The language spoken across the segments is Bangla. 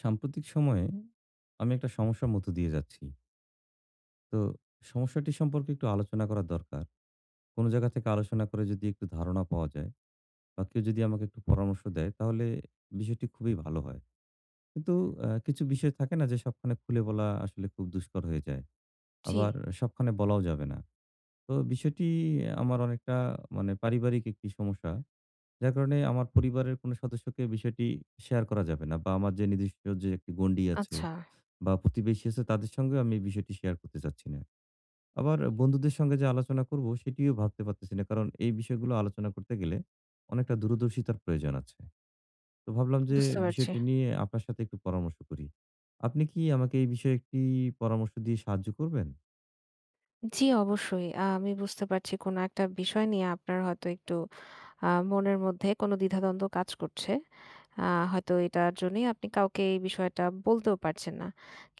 সাম্প্রতিক সময়ে আমি একটা সমস্যার মধ্য দিয়ে যাচ্ছি। তো সমস্যাটি সম্পর্কে একটু আলোচনা করা দরকার। কোন জায়গা থেকে আলোচনা করে যদি একটু ধারণা পাওয়া যায় বা কেউ যদি আমাকে একটু পরামর্শ দেয় তাহলে বিষয়টি খুবই ভালো হয়। কিন্তু কিছু বিষয় থাকে না যে সবখানে খুলে বলা আসলে খুব দুষ্কর হয়ে যায়। জি, আবার সবখানে বলাও যাবে না। তো বিষয়টি আমার অনেকটা মানে পারিবারিক একটি সমস্যা। যার কারণে আমার পরিবারের কোন সদস্যকে বিষয়টি শেয়ার করা যাবে না বা আমার যে নিজস্ব যে একটি গণ্ডি আছে আচ্ছা বা প্রতিবেশী আছে তাদের সঙ্গেও আমি এই বিষয়টি শেয়ার করতে চাচ্ছি না। আবার বন্ধুদের সঙ্গে যে আলোচনা করব সেটিও ভাবতে পারতেছি না। কারণ এই বিষয়গুলো আলোচনা করতে গেলে অনেকটা দূরদর্শিতার প্রয়োজন আছে। তো ভাবলাম যে বুঝতে পারছি। বিষয়টি নিয়ে আপনার সাথে একটু পরামর্শ করি। আপনি কি আমাকে এই বিষয়ে একটি পরামর্শ দিয়ে সাহায্য করবেন? জি, অবশ্যই। আমি বুঝতে পারছি কোনো একটা বিষয় নিয়ে আপনার হয়তো একটু মনের মধ্যে কোনো দ্বিধাদ্বন্দ্ব কাজ করছে। হয়তো এটার জন্যই আপনি কাউকে এই বিষয়টা বলতেও পারছেন না।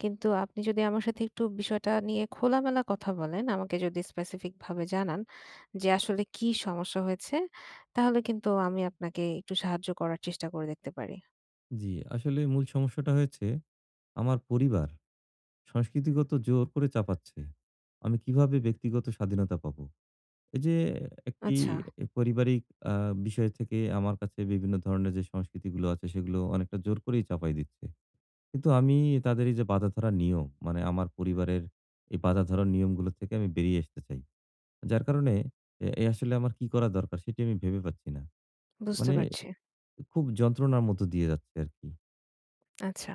কিন্তু আপনি যদি আমার সাথে একটু বিষয়টা নিয়ে খোলামেলা কথা বলেন, আমাকে যদি স্পেসিফিক ভাবে জানান যে আসলে কি সমস্যা হয়েছে, তাহলে কিন্তু আমি আপনাকে একটু সাহায্য করার চেষ্টা করে দেখতে পারি। জি, আসলে মূল সমস্যাটা হয়েছে আমার পরিবার সংস্কৃতিগত জোর করে চাপাচ্ছে। আমি কিভাবে ব্যক্তিগত স্বাধীনতা পাবো? এই যে একটি আচ্ছা, পারিবারিক আ বিষয় থেকে আমার কাছে বিভিন্ন ধরনের যে সংস্কৃতিগুলো আছে সেগুলো অনেকটা জোর করেই চাপাই দিচ্ছে। কিন্তু আমি তাদের এই যে বাঁধা ধরা নিয়ম, মানে আমার পরিবারের এই বাঁধা ধরা নিয়মগুলো থেকে আমি বেরিয়ে আসতে চাই। যার কারণে এ এ আসলে আমার কি করা দরকার সেটি আমি ভেবে পাচ্ছি না। বুঝতে মানে পারছি। খুব যন্ত্রণার মধ্য দিয়ে যাচ্ছে আরকি। আচ্ছা।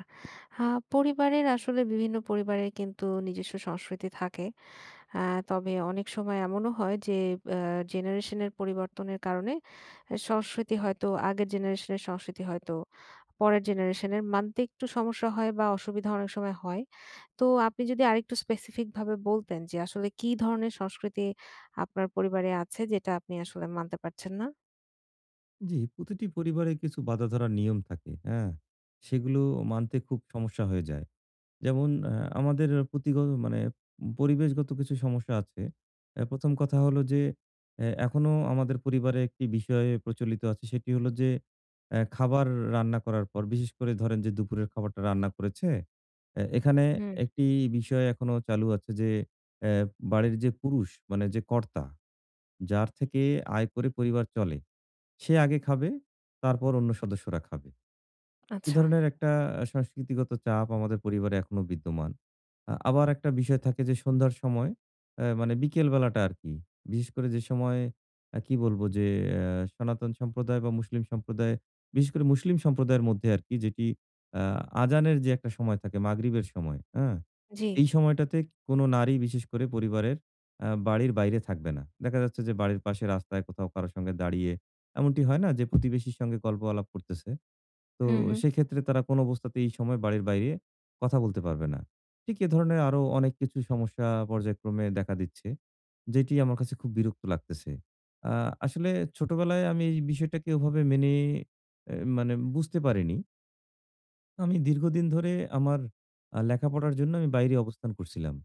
আ পরিবারের আসলে বিভিন্ন পরিবারের কিন্তু নিজস্ব সংস্কৃতি থাকে। আ তবে অনেক সময় এমনও হয় যে আ জেনারেশনের পরিবর্তনের কারণে সংস্কৃতি হয়তো আগের জেনারেশনের সংস্কৃতি হয়তো পরের জেনারেশনের মানতে একটু সমস্যা হয় বা অসুবিধা অনেক সময় হয়। তো আপনি যদি আরেকটু স্পেসিফিক ভাবে বলতেন যে আসলে কি ধরনের সংস্কৃতি আপনার পরিবারে আছে যেটা আপনি আসলে মানতে পারছেন না? জি, প্রতিটি পরিবারে কিছু বাঁধা ধরা নিয়ম থাকে, হ্যাঁ? সেগুলো মানতে খুব সমস্যা হয়ে যায়। যেমন আমাদের প্রতিগত মানে পরিবেশগত কিছু সমস্যা আছে। ১ম কথা হলো যে এখনো আমাদের পরিবারে একটি বিষয় প্রচলিত আছে। সেটি হলো যে খাবার রান্না করার পর বিশেষ করে ধরেন যে দুপুরের খাবারটা রান্না করেছে। এখানে হুম, একটি বিষয় এখনো চালু আছে যে এ বাড়ির যে পুরুষ মানে যে কর্তা, যার থেকে আয় করে পরিবার চলে, সে আগে খাবে, তারপর অন্য সদস্যরা খাবে। এ আচ্ছা। ধরনের একটা সংস্কৃতিগত চাপ আমাদের পরিবারে এখনো বিদ্যমান। আবার একটা বিষয় থাকে যে সন্ধ্যার সময় মানে বিকেল বেলাটা আরকি। বিশেষ করে যে সময় কি বলবো যে সনাতন সম্প্রদায় বা মুসলিম সম্প্রদায়, বিশেষ করে মুসলিম সম্প্রদায়ের মধ্যে আরকি যেটি আ আযানের যে একটা সময় থাকে মাগরিবের সময়, হ্যাঁ? জি। এই সময়টাতে কোনো নারী বিশেষ করে পরিবারের বাড়ির বাইরে থাকবে না। দেখা যাচ্ছে যে বাড়ির পাশে রাস্তায় কোথাও কারো সঙ্গে দাঁড়িয়ে এমনটি হয় না যে প্রতিবেশীর সঙ্গে গল্প আলাপ করতেছে। তো হুম, হুম। সেক্ষেত্রে তারা কোনো অবস্থাতেই এই সময় বাড়ির বাইরে কথা বলতে পারবে না। ঠিক এ ধরনের আরো অনেক কিছু সমস্যা পর্যায়ক্রমে দেখা দিচ্ছে, যেটি আমার কাছে খুব বিরক্ত লাগতেছে। আ আসলে ছোটবেলায় আমি এই বিষয়টাকে ওভাবে মেনে মানে বুঝতে পারিনি। আমি দীর্ঘদিন ধরে আমার লেখাপড়ার জন্য আমি বাইরে অবস্থান করছিলাম।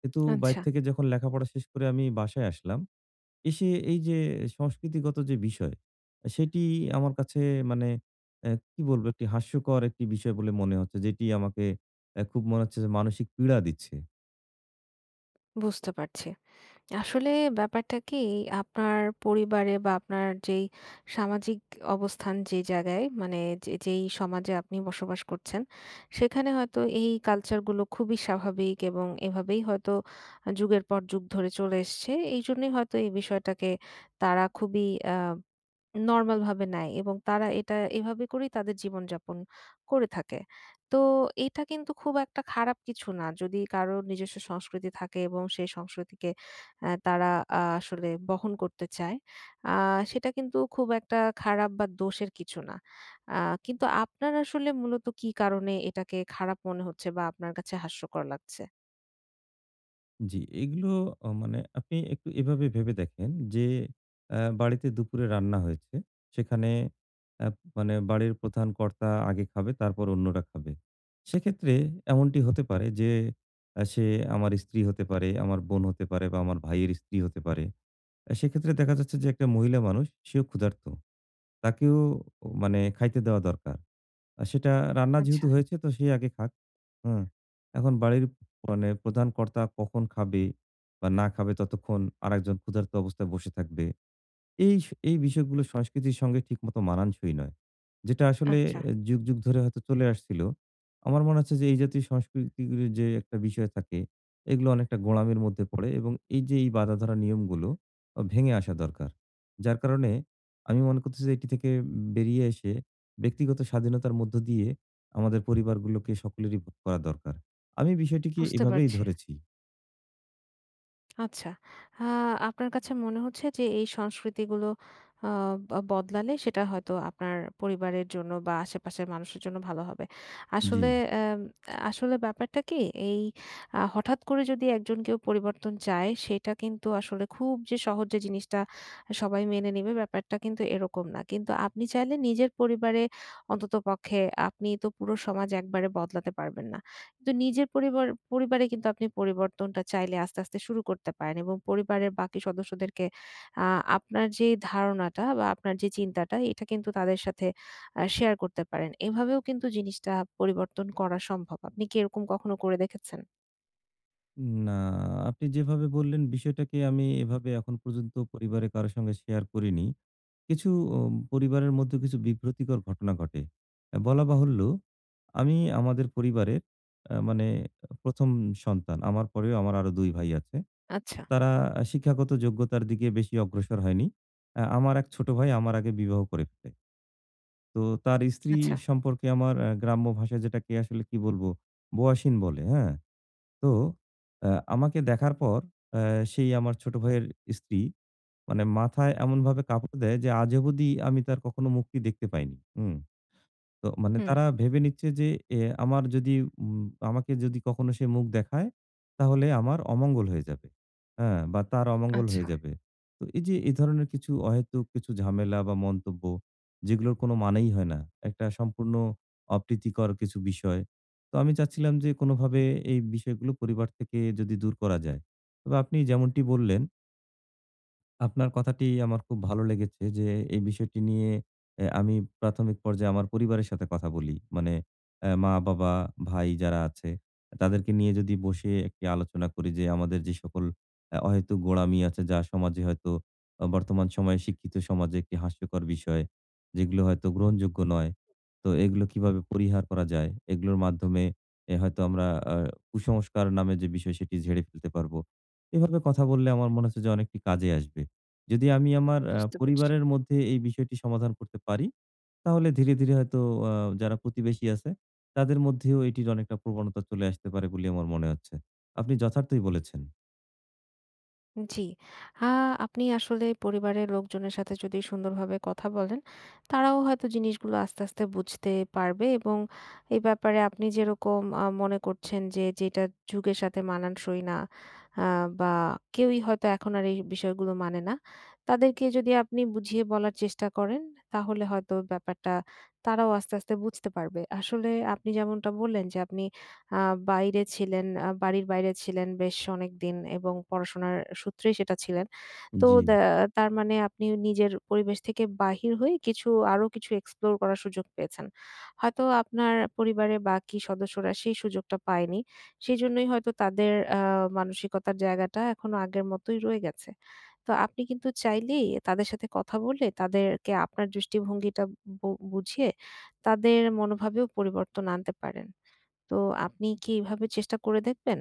কিন্তু বাইরে আচ্ছা, থেকে যখন লেখাপড়া শেষ করে আমি বাসায় আসলাম এসে এই যে সংস্কৃতিগত যে বিষয়, সেটি আমার কাছে মানে কি বলবো? একটি হাস্যকর একটি বিষয় বলে মনে হচ্ছে। যেটি আমাকে খুব মনে হচ্ছে যে মানসিক পীড়া দিচ্ছে। বুঝতে পারছি। আসলে ব্যাপারটা কি আপনার পরিবারে বা আপনার যেই সামাজিক অবস্থান যে জায়গায় মানে যেই সমাজে আপনি বসবাস করছেন সেখানে হয়তো এই কালচারগুলো খুবই স্বাভাবিক এবং এভাবেই হয়তো যুগের পর যুগ ধরে চলে এসেছে, এই জন্যই হয়তো এই বিষয়টাকে তারা খুবই নরমাল ভাবে নেয় এবং তারা এটা এভাবে করেই তাদের জীবনযাপন করে থাকে। তো এটা কিন্তু খুব একটা খারাপ কিছু না। যদি কারো নিজস্ব সংস্কৃতি থাকে এবং সেই সংস্কৃতিকে তারা আসলে বহন করতে চায়। আ সেটা কিন্তু খুব একটা খারাপ বা দোষের কিছু না। আ কিন্তু আপনার আসলে মূলত কি কারণে এটাকে খারাপ মনে হচ্ছে বা আপনার কাছে হাস্যকর লাগছে? জি, এগুলো মানে আপনি একটু এভাবে ভেবে দেখেন যে বাড়িতে দুপুরে রান্না হয়েছে। সেখানে অ্যা মানে বাড়ির প্রধান কর্তা আগে খাবে, তারপর অন্যরা খাবে। সেক্ষেত্রে এমনটি হতে পারে যে, সে আমার স্ত্রী হতে পারে, আমার বোন হতে পারে বা আমার ভাইয়ের স্ত্রী হতে পারে। সেক্ষেত্রে দেখা যাচ্ছে যে একটা মহিলা মানুষ, সেও ক্ষুধার্ত। তাকেও মানে খাইতে দেওয়া দরকার। আর সেটা রান্না আচ্ছা, যেহেতু হয়েছে তো সে আগে খাক। হুম? এখন বাড়ির মানে প্রধান কর্তা কখন খাবে বা না খাবে ততক্ষণ আরেকজন ক্ষুধার্ত অবস্থায় বসে থাকবে। এই বিষয়গুলো সংস্কৃতির সঙ্গে ঠিকমতো মানানসই নয়। যেটা আসলে আচ্ছা যুগ, যুগ ধরে হয়তো চলে আসছিল। আমার মনে হচ্ছে যে এই জাতীয় সংস্কৃতিগুলির যে একটা বিষয় থাকে, এগুলো অনেকটা গোঁড়ামির মধ্যে পড়ে এবং এই যে এই বাঁধাধরা নিয়মগুলো ভেঙে আসা দরকার। যার কারণে আমি মনে করতেছি যে এটি থেকে বেরিয়ে এসে ব্যক্তিগত স্বাধীনতার মধ্য দিয়ে আমাদের পরিবারগুলোকে সকলেরই ভোগ করা দরকার। আমি বিষয়টিকে বুঝতে এভাবেই পারছি। ধরেছি। আচ্ছা। আ আপনার কাছে মনে হচ্ছে যে এই সংস্কৃতিগুলো আ বদলালে সেটা হয়তো আপনার পরিবারের জন্য বা আশেপাশের মানুষের জন্য ভালো হবে। জি। আসলে আসলে ব্যাপারটা কি এই হঠাৎ করে যদি একজন কেউ পরিবর্তন চায়, সেটা কিন্তু আসলে খুব যে সহজ যে জিনিসটা সবাই মেনে নিবে, ব্যাপারটা কিন্তু এরকম না। কিন্তু আপনি চাইলে নিজের পরিবারে অন্ততপক্ষে, আপনি তো পুরো সমাজ একবারে বদলাতে পারবেন না। তো নিজের পরিবারে কিন্তু আপনি পরিবর্তনটা চাইলে আস্তে, আস্তে শুরু করতে পারেন এবং পরিবারের বাকি সদস্যদেরকে আ আপনার যে ধারণাটা বা আপনার যে চিন্তাটা এটা কিন্তু তাদের সাথে শেয়ার করতে পারেন। এভাবেও কিন্তু জিনিসটা পরিবর্তন করা সম্ভব। আপনি কি এরকম কখনো করে দেখেছেন? না, আপনি যেভাবে বললেন বিষয়টাকে আমি এভাবে এখন পর্যন্ত পরিবারে কারো সঙ্গে শেয়ার করিনি। কিছু পরিবারের মধ্যে কিছু বিব্রতিকর ঘটনা ঘটে। বলা বাহুল্য, আমি আমাদের পরিবারের মানে ১ম সন্তান। আমার পরেও আমার আরো ২ ভাই আছে। আচ্ছা, তারা শিক্ষাগত যোগ্যতার দিকে বেশি অগ্রসর হয়নি। আমার এক ছোট ভাই আমার আগে বিবাহ করে ফেলে। তো তার স্ত্রী আচ্ছা। সম্পর্কে আমার গ্রাম্য ভাষায় যেটাকে আসলে কি বলবো, "বোয়াশিন" বলে, হ্যাঁ? তো আ আমাকে দেখার পর আ সেই আমার ছোট ভাইয়ের স্ত্রী মানে মাথায় এমনভাবে কাপড় দেয় যে আজ অবধি আমি তার কখনো মুখটি দেখতে পাইনি। হুম। তো মানে হুম, তারা ভেবে নিচ্ছে যে আমার যদি উম আমাকে যদি কখনো সে মুখ দেখায়, তাহলে আমার অমঙ্গল হয়ে যাবে। হ্যাঁ? বা তার অমঙ্গল হয়ে আচ্ছা যাবে। তো এই যে এই ধরনের কিছু অহেতুক কিছু ঝামেলা বা মন্তব্য যেগুলোর কোনো মানেই হয় না। একটা সম্পূর্ণ অপ্রীতিকর কিছু বিষয়। তো আমি চাচ্ছিলাম যে কোনোভাবে এই বিষয়গুলো পরিবার থেকে যদি দূর করা যায়। তবে আপনি যেমনটি বললেন আপনার কথাটি আমার খুব ভালো লেগেছে যে এই বিষয়টি নিয়ে আমি প্রাথমিক পর্যায়ে আমার পরিবারের সাথে কথা বলি মানে মা বাবা ভাই যারা আছে তাদেরকে নিয়ে যদি বসে একটি আলোচনা করি যে আমাদের যে সকল অহেতুক গোঁড়ামি আছে যা সমাজে হয়তো বর্তমান সময়ে শিক্ষিত সমাজে একটি হাস্যকর বিষয় যেগুলো হয়তো গ্রহণযোগ্য নয়। তো এগুলো কিভাবে পরিহার করা যায় এগুলোর মাধ্যমে হয়তো আমরা কুসংস্কার নামে যে বিষয় সেটি ঝেড়ে ফেলতে পারবো। এভাবে কথা বললে আমার মনে হচ্ছে যে অনেকটি কাজে আসবে। যদি আমি আমার বুঝতে পারছি। পরিবারের মধ্যে এই বিষয়টি সমাধান করতে পারি, তাহলে ধীরে, ধীরে হয়তো আ যারা প্রতিবেশী আছে তাদের মধ্যেও এটির অনেকটা প্রবণতা চলে আসতে পারে বলে আমার মনে হচ্ছে। আপনি যথার্থই বলেছেন। জি। আ আপনি আসলে পরিবারের লোকজনের সাথে যদি সুন্দরভাবে কথা বলেন, তারাও হয়তো জিনিসগুলো আস্তে, আস্তে বুঝতে পারবে এবং এই ব্যাপারে আপনি যেরকম মনে করছেন যে, যেটা যুগের সাথে মানানসই না আ বা কেউই হয়তো এখন আর এই বিষয়গুলো মানে না। তাদেরকে যদি আপনি বুঝিয়ে বলার চেষ্টা করেন, তাহলে হয়তো ব্যাপারটা তারাও আস্তে, আস্তে বুঝতে পারবে। আসলে আপনি যেমনটা বললেন যে, আপনি আ বাইরে ছিলেন, বাড়ির বাইরে ছিলেন বেশ অনেকদিন এবং পড়াশোনার সূত্রেই সেটা ছিলেন। তো জি। দ্যা তার মানে আপনি নিজের পরিবেশ থেকে বাহির হয়ে কিছু আরো কিছু এক্সপ্লোর করার সুযোগ পেয়েছেন। হয়তো আপনার পরিবারের বাকি সদস্যরা সেই সুযোগটা পায়নি। সেজন্যই হয়তো তাদের মানসিকতার জায়গাটা এখনো আগের মতোই রয়ে গেছে। তো আপনি কিন্তু চাইলেই তাদের সাথে কথা বলে তাদেরকে আপনার দৃষ্টিভঙ্গিটা বুঝিয়ে তাদের মনোভাবেও পরিবর্তন আনতে পারেন। তো আপনি কি এভাবে চেষ্টা করে দেখবেন?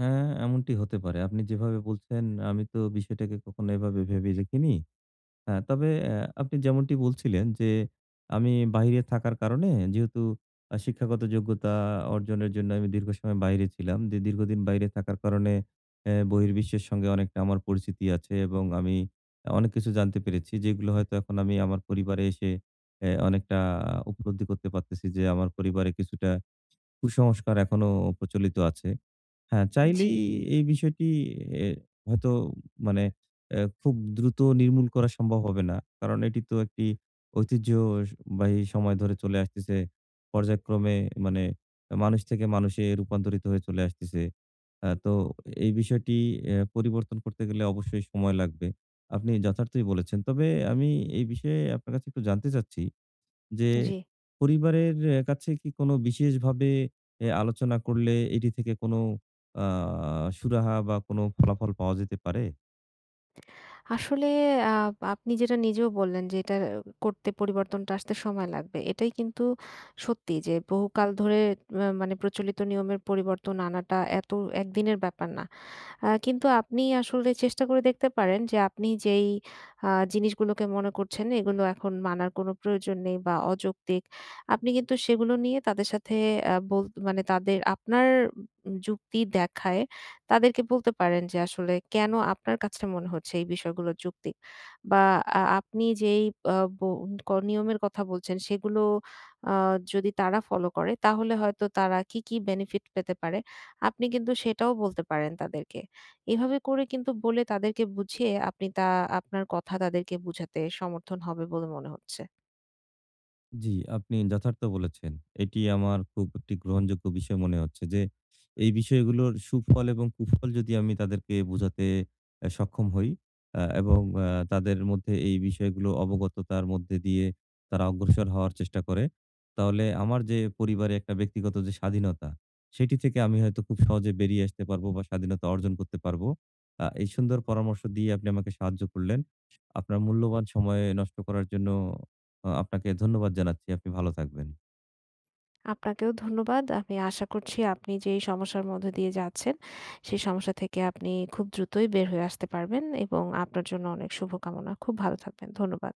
হ্যাঁ, এমনটি হতে পারে। আপনি যেভাবে বলছেন আমি তো বিষয়টাকে কখনো এভাবে ভেবে দেখিনি। হ্যাঁ, তবে আপনি যেমনটি বলছিলেন যে, আমি বাহিরে থাকার কারণে যেহেতু শিক্ষাগত যোগ্যতা অর্জনের জন্য আমি দীর্ঘ সময় বাইরে ছিলাম। যে দীর্ঘদিন বাইরে থাকার কারণে বহির্বিশ্বের সঙ্গে অনেকটা আমার পরিচিতি আছে এবং আমি অনেক কিছু জানতে পেরেছি। যেগুলো হয়তো এখন আমি আমার পরিবারে এসে অনেকটা উপলব্ধি করতে পারতেছি যে, আমার পরিবারে কিছুটা কুসংস্কার এখনো প্রচলিত আছে। হ্যাঁ, জি, চাইলেই এই বিষয়টি এ হয়তো মানে খুব দ্রুত নির্মূল করা সম্ভব হবে না। কারণ এটি তো একটি ঐতিহ্যবাহী সময় ধরে চলে আসতেছে। পর্যায়ক্রমে মানে মানুষ থেকে মানুষে রূপান্তরিত হয়ে চলে আসতেছে। তো এই বিষয়টি পরিবর্তন করতে গেলে অবশ্যই সময় লাগবে। আপনি যথার্থই বলেছেন। তবে আমি এই বিষয়ে আপনার কাছে একটু জানতে চাচ্ছি যে জি। পরিবারের কাছে কি কোনো বিশেষভাবে আলোচনা করলে এটি থেকে কোনো আ সুরাহা বা কোনো ফলাফল পাওয়া যেতে পারে? আসলে আ আপনি যেটা নিজেও বললেন যে এটা পরিবর্তনটা আসতে সময় লাগবে। এটাই কিন্তু সত্যি যে বহুকাল ধরে মানে প্রচলিত নিয়মের পরিবর্তন আনাটা এত একদিনের ব্যাপার না। কিন্তু আপনি আসলে চেষ্টা করে দেখতে পারেন যে আপনি যেই জিনিসগুলোকে মনে করছেন এগুলো এখন মানার কোনো প্রয়োজন নেই বা অযৌক্তিক। আপনি কিন্তু সেগুলো নিয়ে তাদের সাথে বল মানে তাদের আপনার যুক্তি দেখায় তাদেরকে বলতে পারেন যে আসলে কেন আপনার কাছে মনে হচ্ছে এই বিষয়গুলো যৌক্তিক। বা আপনি যেই আ ব ক নিয়মের কথা বলছেন সেগুলো আ যদি তারা ফলো করে, তাহলে হয়তো তারা কি, কি বেনিফিট পেতে পারে, আপনি কিন্তু সেটাও বলতে পারেন তাদেরকে। এভাবে করে কিন্তু বলে তাদেরকে বুঝিয়ে আপনি আপনার কথা তাদেরকে বুঝাতে সমর্থন হবে বলে মনে হচ্ছে। জি, আপনি যথার্থ বলেছেন। এটি আমার খুব একটি গ্রহণযোগ্য বিষয় মনে হচ্ছে যে, এই বিষয়গুলোর সুফল এবং কুফল যদি আমি তাদেরকে বোঝাতে সক্ষম হই এবং তাদের মধ্যে এই বিষয়গুলো অবগততার মধ্যে দিয়ে তারা অগ্রসর হওয়ার চেষ্টা করে, তাহলে আমার যে পরিবারে একটা ব্যক্তিগত যে স্বাধীনতা, সেটি থেকে আমি হয়তো খুব সহজে বেরিয়ে আসতে পারবো বা স্বাধীনতা অর্জন করতে পারবো। এই সুন্দর পরামর্শ দিয়ে আপনি আমাকে সাহায্য করলেন। আপনার মূল্যবান সময় নষ্ট করার জন্য আপনাকে ধন্যবাদ জানাচ্ছি। আপনি ভালো থাকবেন। আপনাকেও ধন্যবাদ। আমি আশা করছি আপনি যে এই সমস্যার মধ্য দিয়ে যাচ্ছেন, সেই সমস্যা থেকে আপনি খুব দ্রুতই বের হয়ে আসতে পারবেন এবং আপনার জন্য অনেক শুভকামনা। খুব ভালো থাকবেন। ধন্যবাদ।